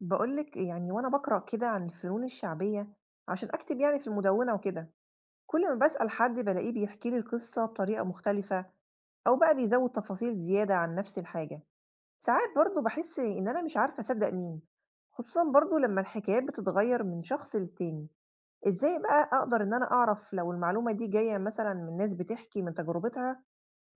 باقول لِك يعني وأنا باقرأ كده عن الفنون الشعبية عشان أكتب يعني في المدونة وكده، كل ما باسأل حد بالاقيه بيحكي لي القصة بطريقة مختلفة أو بقى بيزوّد تفاصيل زيادة عن نفس الحاجة، ساعات برضه باحس إن أنا مش عارفة أصدق مين، خصوصًا برضه لمّا الحكايات بتتغيّر من شخص للتاني، إزاي بقى أقدر إن أنا أعرف لو المعلومة دي جاية مثلًا من ناس بتحكي من تجربتها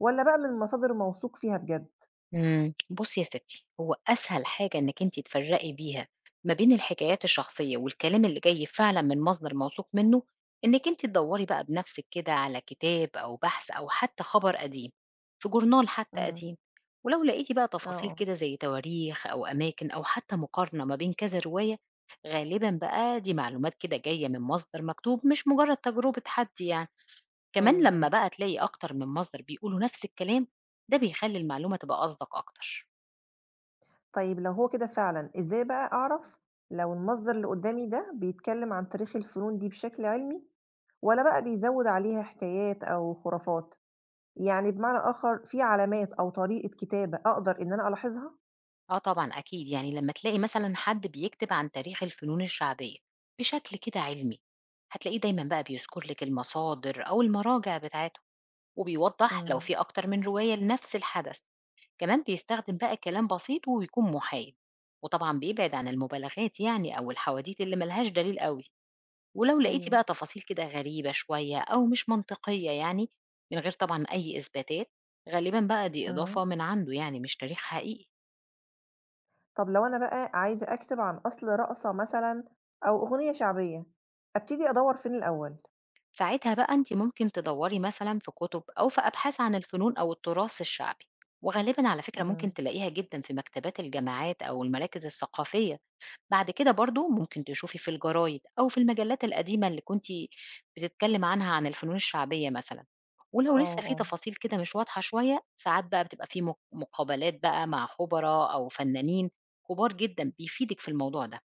والّا بقى من مصادر موثوق فيها بجد؟ بُصّي يا ستي، هو أسهل حاجة إنِّك أنتِ تفرّقي بيها ما بين الحكايات الشخصية والكلام اللي جاي فعلًا من مصدر موثوق منّه، إنِّك أنتِ تدوّري بقى بنفسِك كده على كتاب أو بحث أو حتى خبر قديم، في جورنال حتى إمم، قديم، ولو لقيتِ بقى آه، تفاصيل آه، كده زي تواريخ أو أماكن أو حتى مقارنة ما بين كذا رواية، غالبًا بقى دي معلومات كده جاية من مصدر مكتوب مش مجرّد تجربة حد يعني. كمان أيوه، لمّا أيوه. بقى تلاقي أكتر من مصدر بيقولوا نفس الكلام، ده بيخلّي المعلومة تبقى أصدق أكتر. طيب لو هو كده فعلًا، إزاي بقى أعرف لو المصدر اللي قدّامي ده بيتكلم عن تاريخ الفنون دي بشكل علمي والّا بقى بيزوِّد عليها حكايات أو خرافات؟ يعني بمعنى آخر في علامات أو طريقة كتابة أقدر إن أنا ألاحظها؟ آه طبعًا أكيد، يعني لمّا تلاقي مثلًا حد بيكتب عن تاريخ الفنون الشعبية بشكل كده علمي، هتلاقيه دايمًا بقى بيذكر لِك المصادر أو المراجع بتاعتهم، وبيوضّح لو إمم، في أكتر من رواية لنفس الحدث. كمان بيستخدم بقى كلام بسيط وبيكون محايد، وطبعًا بيبعد عن المبالغات يعني أو الحواديت اللي ما لهاش دليل أوي. ولو لقيتِ أيوه، بقى تفاصيل كده غريبة شوية أو مش منطقية يعني، من غير طبعًا أي إثباتات، غالبًا بقى دي إمم. إضافة من عنده يعني مش تاريخ حقيقي. طب لو أنا بقى عايزة أكتب عن أصل رقصة مثلًا أو أغنية شعبية، أبتدي أدوّر فين الأول؟ ساعتها بقى أنتِ ممكن تدوّري مثلًا في كُتب أو في أبحاث عن الفنون أو التراث الشعبي، وغالبًا على فكرة ممكن إمم، تلاقيها جدًا في مكتبات الجامعات أو المراكز الثقافية. بعد كده برضه ممكن تشوفي في الجرايد أو في المجلات القديمة اللي كنتِ بتتكلم عنها عن الفنون الشعبية مثلًا، آه، ولو لسه في آه، تفاصيل كده مش واضحة شوية، ساعات بقى بتبقى في مقابلات بقى مع خبراء أو فنانين كبار جدًا بيفيدِك في الموضوع ده،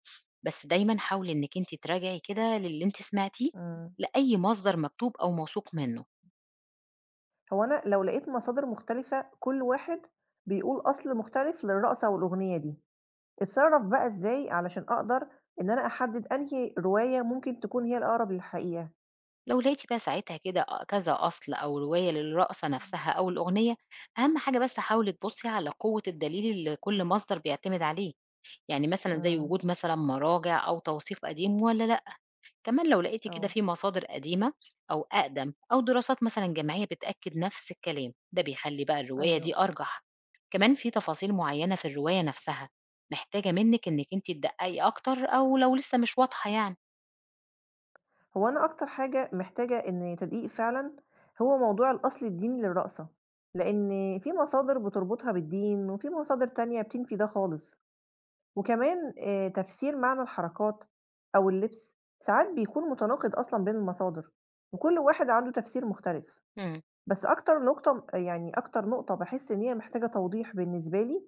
بس دايمًا حاولي إنِّك أنتِ تراجعي كده للي أنتِ سمعتيه إمم. لأي مصدر مكتوب أو موثوق منه. هو أنا لو لقيت مصادر مختلفة كل واحد بيقول أصل مختلف للرقصة والأغنية دي، أتصرّف بقى إزاي علشان أقدر إن أنا أحدد أنهي رواية ممكن تكون هي الأقرب للحقيقة؟ لو لقيتِ بقى ساعتها كده كذا أصل أو رواية للرقصة إمم. نفسها أو الأغنية، أهم حاجة بس حاولي تبُصي على قوة الدليل اللي كل مصدر بيعتمد عليه. يعني مثلًا زي إمم، وجود مثلًا مراجع أو توثيق قديم والّا لأ؟ كمان لو لقيتِ كده آه، في مصادر قديمة أو أقدم أو دراسات مثلًا جامعية بتأكد نفس الكلام، ده بيخلّي بقى الرواية أيوه. دي أرجح. كمان في تفاصيل معيّنة في الرواية نفسها محتاجة منِّك إنِّك أنتِ تدققي أكتر أو لو لسه مش واضحة يعني. هو أنا أكتر حاجة محتاجة إن تدقيق فعلًا هو موضوع الأصل الديني للرقصة، لإن في مصادر بتربطها بالدين وفي مصادر تانية بتنفي ده خالص. وكمان تفسير معنى الحركات أو اللبس ساعات بيكون متناقض أصلًا بين المصادر، وكل واحد عنده تفسير مختلف، إمم، بس أكتر نقطة يعني أكتر نقطة باحس إن هي محتاجة توضيح بالنسبة لي،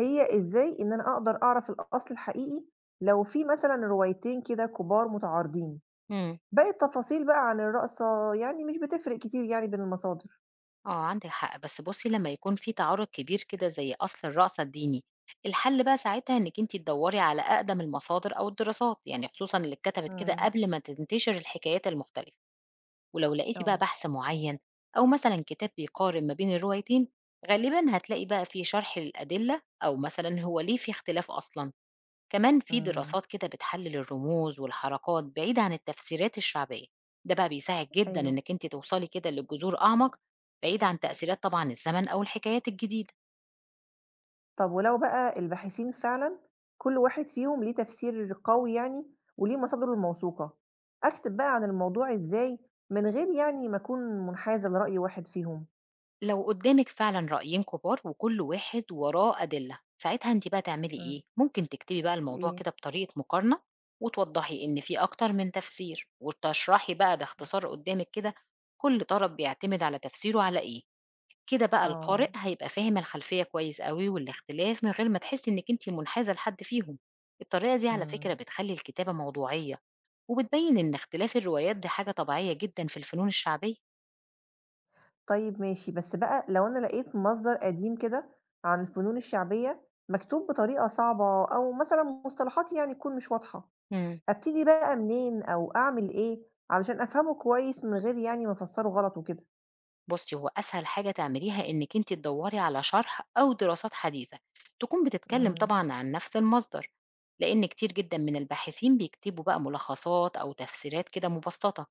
هي إزاي إن أنا أقدر أعرف الأصل الحقيقي لو في مثلًا روايتين كده كبار متعارضين، إمم. باقي التفاصيل بقى عن الرقصة يعني مش بتفرق كتير يعني بين المصادر. آه عندِك حق، بس بُصّي لمّا يكون في تعارض كبير كده زي أصل الرأسة الديني، الحل بقى ساعتها إنِّك أنتِ تدوّري على أقدم المصادر أو الدراسات، يعني خصوصًا اللي اتكتبت كده إمم، قبل ما تنتشر الحكايات المختلفة، ولو لقيتِ بقى آه، بحث معيّن أو مثلًا كتاب بيقارن ما بين الروايتين، غالبًا هتلاقي بقى في شرح للأدلة أو مثلًا هو ليه في اختلاف أصلًا. كمان في إمم. دراسات كده بتحلل الرموز والحركات بعيد عن التفسيرات الشعبية، ده بقى بيساعد جدا أيوه. انك انت توصلي كده للجذور اعمق، بعيد عن تأثيرات طبعا الزمن او الحكايات الجديدة. طب ولو بقى الباحثين فعلًا كل واحد فيهم ليه تفسير قوي يعني وليه مصادره الموثوقة، أكتب بقى عن الموضوع إزاي من غير يعني ما أكون منحازة لرأي واحد فيهم؟ لو قدامك فعلا رأيين كبار وكل واحد وراه أدلة، ساعتها انت بقى تعملي إمم، ايه؟ ممكن تكتبي بقى الموضوع إيه؟ كده بطريقة مقارنة وتوضحي ان في اكتر من تفسير، وتشرحي بقى باختصار قدامك كده كل طرف بيعتمد على تفسيره على ايه. كده بقى آه، القارئ هيبقى فاهم الخلفية كويس أوي والاختلاف من غير ما تحسي إنك أنت منحازة لحد فيهم. الطريقة دي على فكرة إمم، بتخلي الكتابة موضوعية، وبتبين إن اختلاف الروايات دي حاجة طبيعية جدا في الفنون الشعبية. طيب ماشي، بس بقى لو أنا لقيت مصدر قديم كده عن الفنون الشعبية مكتوب بطريقة صعبة أو مثلًا مصطلحات يعني تكون مش واضحة، امم. أبتدي بقى منين أو أعمل إيه علشان أفهمه كويس من غير يعني ما أفسره غلط وكده؟ بصي، هو أسهل حاجة تعمليها إنك أنت تدوري على شرح أو دراسات حديثة تكون بتتكلم إمم، طبعا عن نفس المصدر، لأن كتير جدا من الباحثين بيكتبوا بقى ملخصات أو تفسيرات كده مبسطة.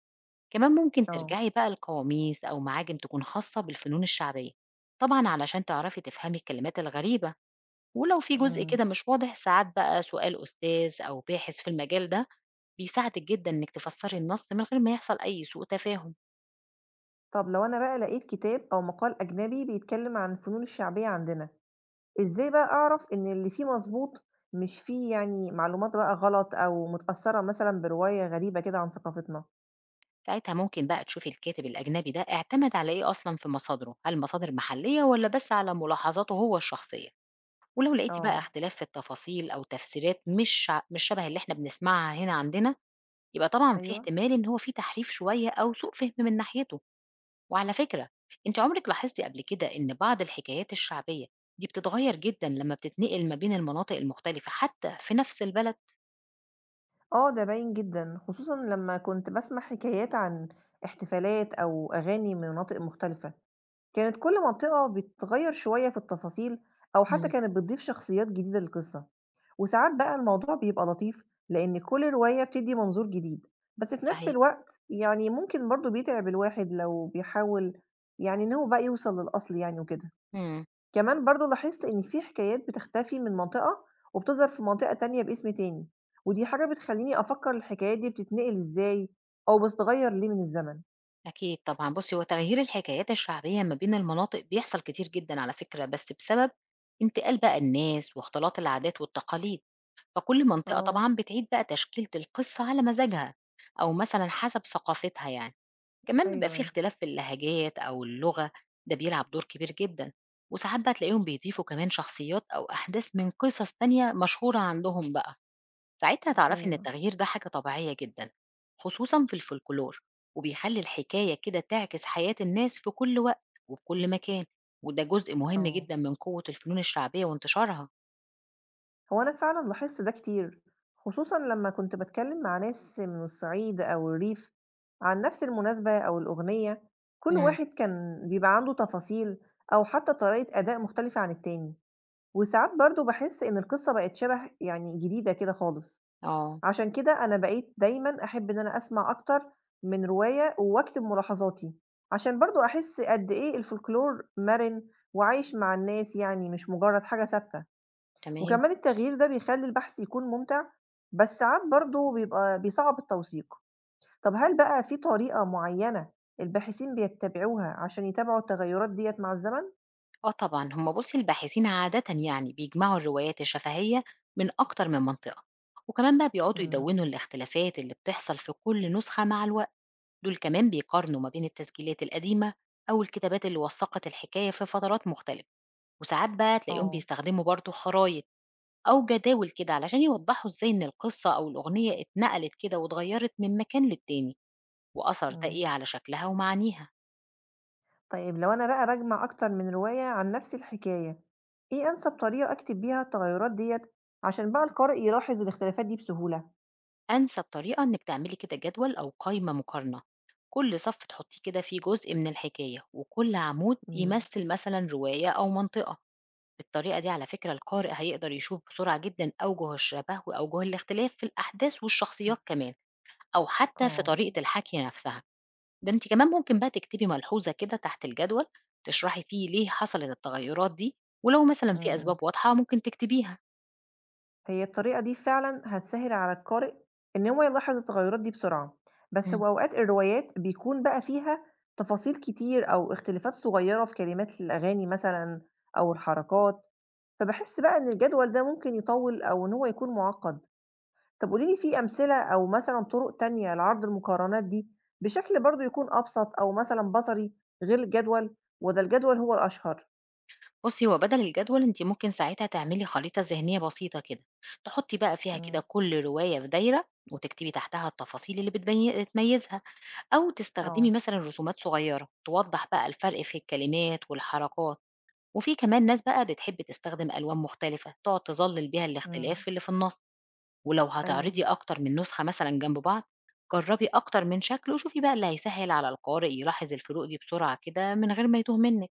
كمان ممكن آه. ترجعي بقى لقواميس أو معاجم تكون خاصة بالفنون الشعبية، طبعا علشان تعرفي تفهمي الكلمات الغريبة. ولو في جزء إمم. كده مش واضح، ساعات بقى سؤال أستاذ أو باحث في المجال ده بيساعدك جدا إنك تفسري النص من غير ما يحصل أي سوء تفاهم. طب لو أنا بقى لقيت كتاب أو مقال أجنبي بيتكلّم عن الفنون الشعبية عندنا، إزاي بقى أعرف إن اللي فيه مضبوط، مش فيه يعني معلومات بقى غلط أو متأثّرة مثلًا برواية غريبة كده عن ثقافتنا؟ ساعتها ممكن بقى تشوفي الكاتب الأجنبي ده اعتمد على إيه أصلا في مصادره، هل مصادر محلية ولا بس على ملاحظاته هو الشخصية؟ ولو لقيتي بقى آه، اختلاف في التفاصيل أو تفسيرات مش شبه اللي احنا بنسمعها هنا عندنا، يبقى طبعًا في أيوه. احتمال إن هو في تحريف شوية أو سوء فهم من ناحيته. وعلى فكرة، أنتِ عمرِك لاحظتِ قبل كده إن بعض الحكايات الشعبية دي بتتغيّر جدًا لمّا بتتنقل ما بين المناطق المختلفة حتى في نفس البلد؟ آه، ده باين جدًا، خصوصًا لمّا كنت باسمع حكايات عن احتفالات أو أغاني من مناطق مختلفة. كانت كل منطقة بتغيّر شوية في التفاصيل أو حتى إمم. كانت بتضيف شخصيات جديدة للقصة، وساعات بقى الموضوع بيبقى لطيف لإن كل رواية بتدّي منظور جديد، بس في نفس صحيح. الوقت يعني ممكن برضه بيتعب الواحد لو بيحاول يعني إن هو بقى يوصل للأصل يعني وكده. إمم. كمان برضه لاحظت إن في حكايات بتختفي من منطقة وبتظهر في منطقة تانية باسم تاني، ودي حاجة بتخلّيني أفكّر الحكايات دي بتتنقل إزاي أو بتتغيّر ليه من الزمن. أكيد طبعًا. بُصّي، هو تغيير الحكايات الشعبية ما بين المناطق بيحصل كتير جدًا على فكرة، بس بسبب انتقال بقى الناس واختلاط العادات والتقاليد، فكل منطقة آه، طبعًا بتعيد بقى تشكيلة القصة على مزاجها أو مثلًا حسب ثقافتها يعني. كمان بيبقى أيوه، في أيوه، اختلاف في اللهجات أو اللغة، ده بيلعب دور كبير جدًا، وساعات بقى تلاقيهم بيضيفوا كمان شخصيات أو أحداث من قصص تانية مشهورة عندهم بقى. ساعتها هتعرفي إن أيوه، التغيير ده حاجة طبيعية جدًا، خصوصًا في الفولكلور، وبيخلي الحكاية كده تعكس حياة الناس في كل وقت وبكل مكان، وده جزء مهم آه. جدًا من قوة الفنون الشعبية وانتشارها. هو أنا فعلًا لاحظت ده كتير، خصوصًا لمّا كنت باتكلم مع ناس من الصعيد أو الريف عن نفس المناسبة أو الأغنية، كل امم. واحد كان بيبقى عنده تفاصيل أو حتى طريقة أداء مختلفة عن التاني، وساعات برضه باحس إن القصة بقت شبه يعني جديدة كده خالص، آه، عشان كده أنا بقيت دايمًا أحب إن أنا أسمع أكتر من رواية وأكتب ملاحظاتي، عشان برضه أحس قد إيه الفولكلور مرن وعايش مع الناس يعني مش مجرد حاجة ثابتة. تمام. وكمان التغيير ده بيخلّي البحث يكون ممتع، بس ساعات برضه بيبقى بيصعّب التوثيق. طب هل بقى في طريقة معيّنة الباحثين بيتّبعوها عشان يتابعوا التغيُّرات ديّة مع الزمن؟ آه طبعًا، هم بُصّي الباحثين عادةً يعني بيجمعوا الروايات الشفهية من أكتر من منطقة، وكمان بقى بيقعدوا إمم، يدوّنوا الاختلافات اللي بتحصل في كل نسخة مع الوقت. دول كمان بيقارنوا ما بين التسجيلات القديمة أو الكتابات اللي وثّقت الحكاية في فترات مختلفة، وساعات بقى تلاقيهم آه، بيستخدموا برضه خرايط أو جداول كده علشان يوضّحوا إزاي إن القصة أو الأغنية اتنقلت كده واتغيّرت من مكان للتاني، وأثر ده إمم. إيه على شكلها ومعانيها. طيب لو أنا بقى باجمع أكتر من رواية عن نفس الحكاية، إيه أنسب طريقة أكتب بيها التغيُّرات ديّة عشان بقى القارئ يلاحظ الاختلافات دي بسهولة؟ أنسب طريقة إنِّك تعملي كده جدول أو قايمة مقارنة، كل صف تحطّي كده فيه جزء من الحكاية، وكل عمود إمم، يمثّل مثلًا رواية أو منطقة. بالطريقة دي على فكرة القارئ هيقدر يشوف بسرعة جدًا أوجه الشبه وأوجه الاختلاف في الأحداث إمم، والشخصيات كمان، أو حتى في آه، طريقة الحكي نفسها. ده أنتِ كمان ممكن بقى تكتبي ملحوظة كده تحت الجدول تشرحي فيه ليه حصلت التغيرات دي، ولو مثلًا إمم، في إمم. أسباب واضحة ممكن تكتبيها. هي الطريقة دي فعلًا هتسهِّل على القارئ إن هو يلاحظ التغيُّرات دي بسرعة، بس هو أوقات الروايات بيكون بقى فيها تفاصيل كتير أو اختلافات صغيّرة في كلمات الأغاني مثلًا أو الحركات، فباحس بقى إن الجدول ده ممكن يطوِّل أو إن هو يكون مُعقّد. طَب قولي لي في أمثلة أو مثلًا طُرق تانية لعرض المقارنات دي بشكل برضه يكون أبسط أو مثلًا بصري غير الجدول، والّا الجدول هو الأشهر؟ بُصّي، هو بدل الجدول أنتِ ممكن ساعتها تعملي خريطة ذهنية بسيطة كده، تحطّي بقى فيها كده إمم، كل رواية في دايرة، وتكتبي تحتها التفاصيل اللي بتبي تميزها، أو تستخدمي آه، مثلًا رسومات صغيرة توضّح بقى الفرق في الكلمات والحركات. وفي كمان ناس بقى بتحب تستخدم ألوان مختلفة تقعد تظلّل بيها إمم، الاختلاف اللي في النص، ولو هتعرضي أيوه. أكتر من نسخة مثلًا جنب بعض، جرّبي أكتر من شكل وشوفي بقى اللي هيسهّل على القارئ يلاحظ الفروق دي بسرعة كده من غير ما يتوه منِّك.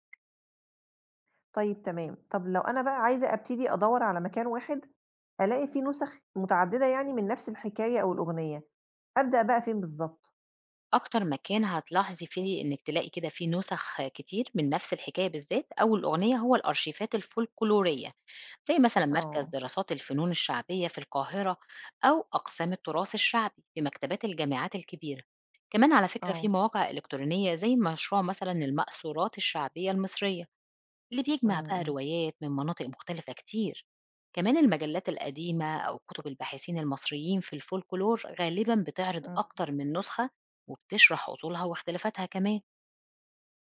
طيب تمام. طب لو أنا بقى عايزة أبتدي أدوّر على مكان واحد ألاقي فيه نُسَخ متعددة يعني من نفس الحكاية أو الأغنية، أبدأ بقى فين بالضبط؟ أكتر مكان هتلاحظي فيه إنِّك تلاقي كده فيه نُسخ كتير من نفس الحكاية بالذات أو الأغنية هو الأرشيفات الفولكلورية، زي مثلًا مركز آه، دراسات الفنون الشعبية في القاهرة أو أقسام التراث الشعبي في مكتبات الجامعات الكبيرة. كمان على فكرة في آه، مواقع إلكترونية زي مشروع مثلًا المأثورات الشعبية المصرية، اللي إمم، بيجمع بقى إمم، روايات من مناطق مختلفة كتير. كمان المجلات القديمة أو كتب الباحثين المصريين في الفولكلور غالبا بتعرض إمم. أكتر من نسخة وبتشرح أصولها واختلافاتها كمان.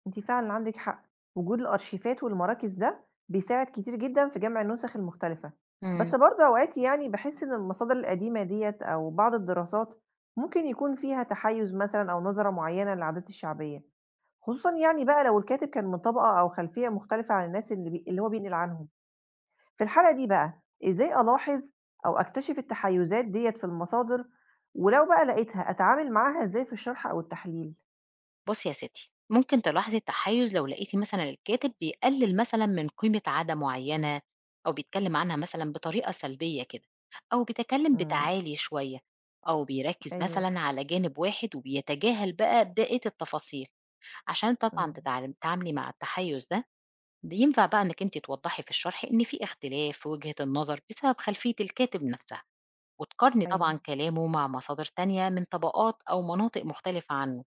أنتِ فعلًا عندِك حق، وجود الأرشيفات والمراكز ده بيساعد كتير جدًا في جمع النُسَخ المختلفة، امم. بس برضه أوقات يعني باحس إن المصادر القديمة ديّة أو بعض الدراسات ممكن يكون فيها تحيُّز مثلًا أو نظرة معيّنة للعادات الشعبية. خصوصًا يعني بقى لو الكاتب كان من طبقة أو خلفية مختلفة عن الناس اللي اللي هو بينقل عنهم. في الحالة دي بقى، إزاي ألاحظ أو أكتشف التحيُّزات ديّة في المصادر، ولو بقى لقيتها أتعامل معاها إزاي في الشرح أو التحليل؟ بص يا ستي، ممكن تلاحظي التحيز لو لقيتي مثلا الكاتب بيقلل مثلا من قيمة عادة معينة، أو بيتكلم عنها مثلا بطريقة سلبية كده، أو بيتكلم إمم، بتعالي شوية، أو بيركز أيوه، مثلا على جانب واحد وبيتجاهل بقى بقية التفاصيل. عشان طبعًا إمم، تتعاملي مع التحيُّز ده، ينفع بقى إنِّك أنتِ توضّحي في الشرح إن في اختلاف في وجهة النظر بسبب خلفية الكاتب نفسها، وتقارني أيوه، طبعًا كلامه مع مصادر تانية من طبقات أو مناطق مختلفة عنه.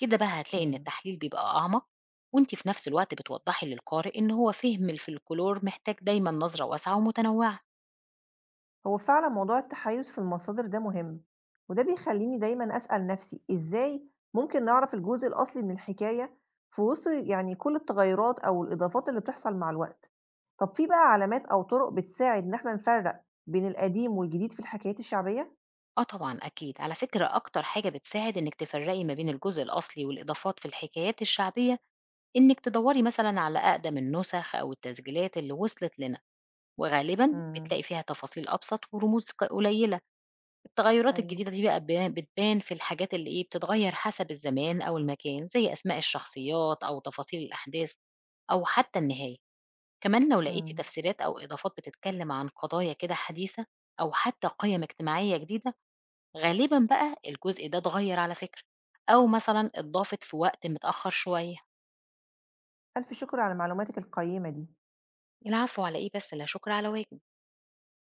كده بقى هتلاقي إن إمم. التحليل بيبقى أعمق، وأنتِ في نفس الوقت بتوضّحي للقارئ إن هو فهم الفلكلور محتاج دايمًا نظرة واسعة ومتنوعة. هو فعلا موضوع التحيز في المصادر ده مهم وده بيخليني دايما أسأل نفسي إزاي ممكن نعرف الجزء الأصلي من الحكاية في وسط يعني كل التغيرات أو الإضافات اللي بتحصل مع الوقت. طب في بقى علامات أو طرق بتساعد إن احنا نفرق بين القديم والجديد في الحكايات الشعبية؟ آه طبعًا أكيد، على فكرة أكتر حاجة بتساعد إنِّك تفرّقي ما بين الجزء الأصلي والإضافات في الحكايات الشعبية إنِّك تدوّري مثلًا على أقدم النُسَخ أو التسجيلات اللي وصلت لنا، وغالبًا امم، بتلاقي فيها تفاصيل أبسط ورموز قليلة. التغيُّرات ايوه، الجديدة دي بقى بتبان في الحاجات اللي إيه، بتتغيّر حسب الزمان أو المكان، زي أسماء الشخصيات أو تفاصيل الأحداث أو حتى النهاية. كمان لو لقيتِ امم. تفسيرات أو إضافات بتتكلم عن قضايا كده حديثة أو حتى قِيَم اجتماعية جديدة، غالبًا بقى الجزء ده اتغيّر على فكرة، أو مثلًا اتضافت في وقت متأخّر شوية. ألف شكر على معلوماتك القيمة دي. العفو، على إيه بس؟ لا شُكر على واجب.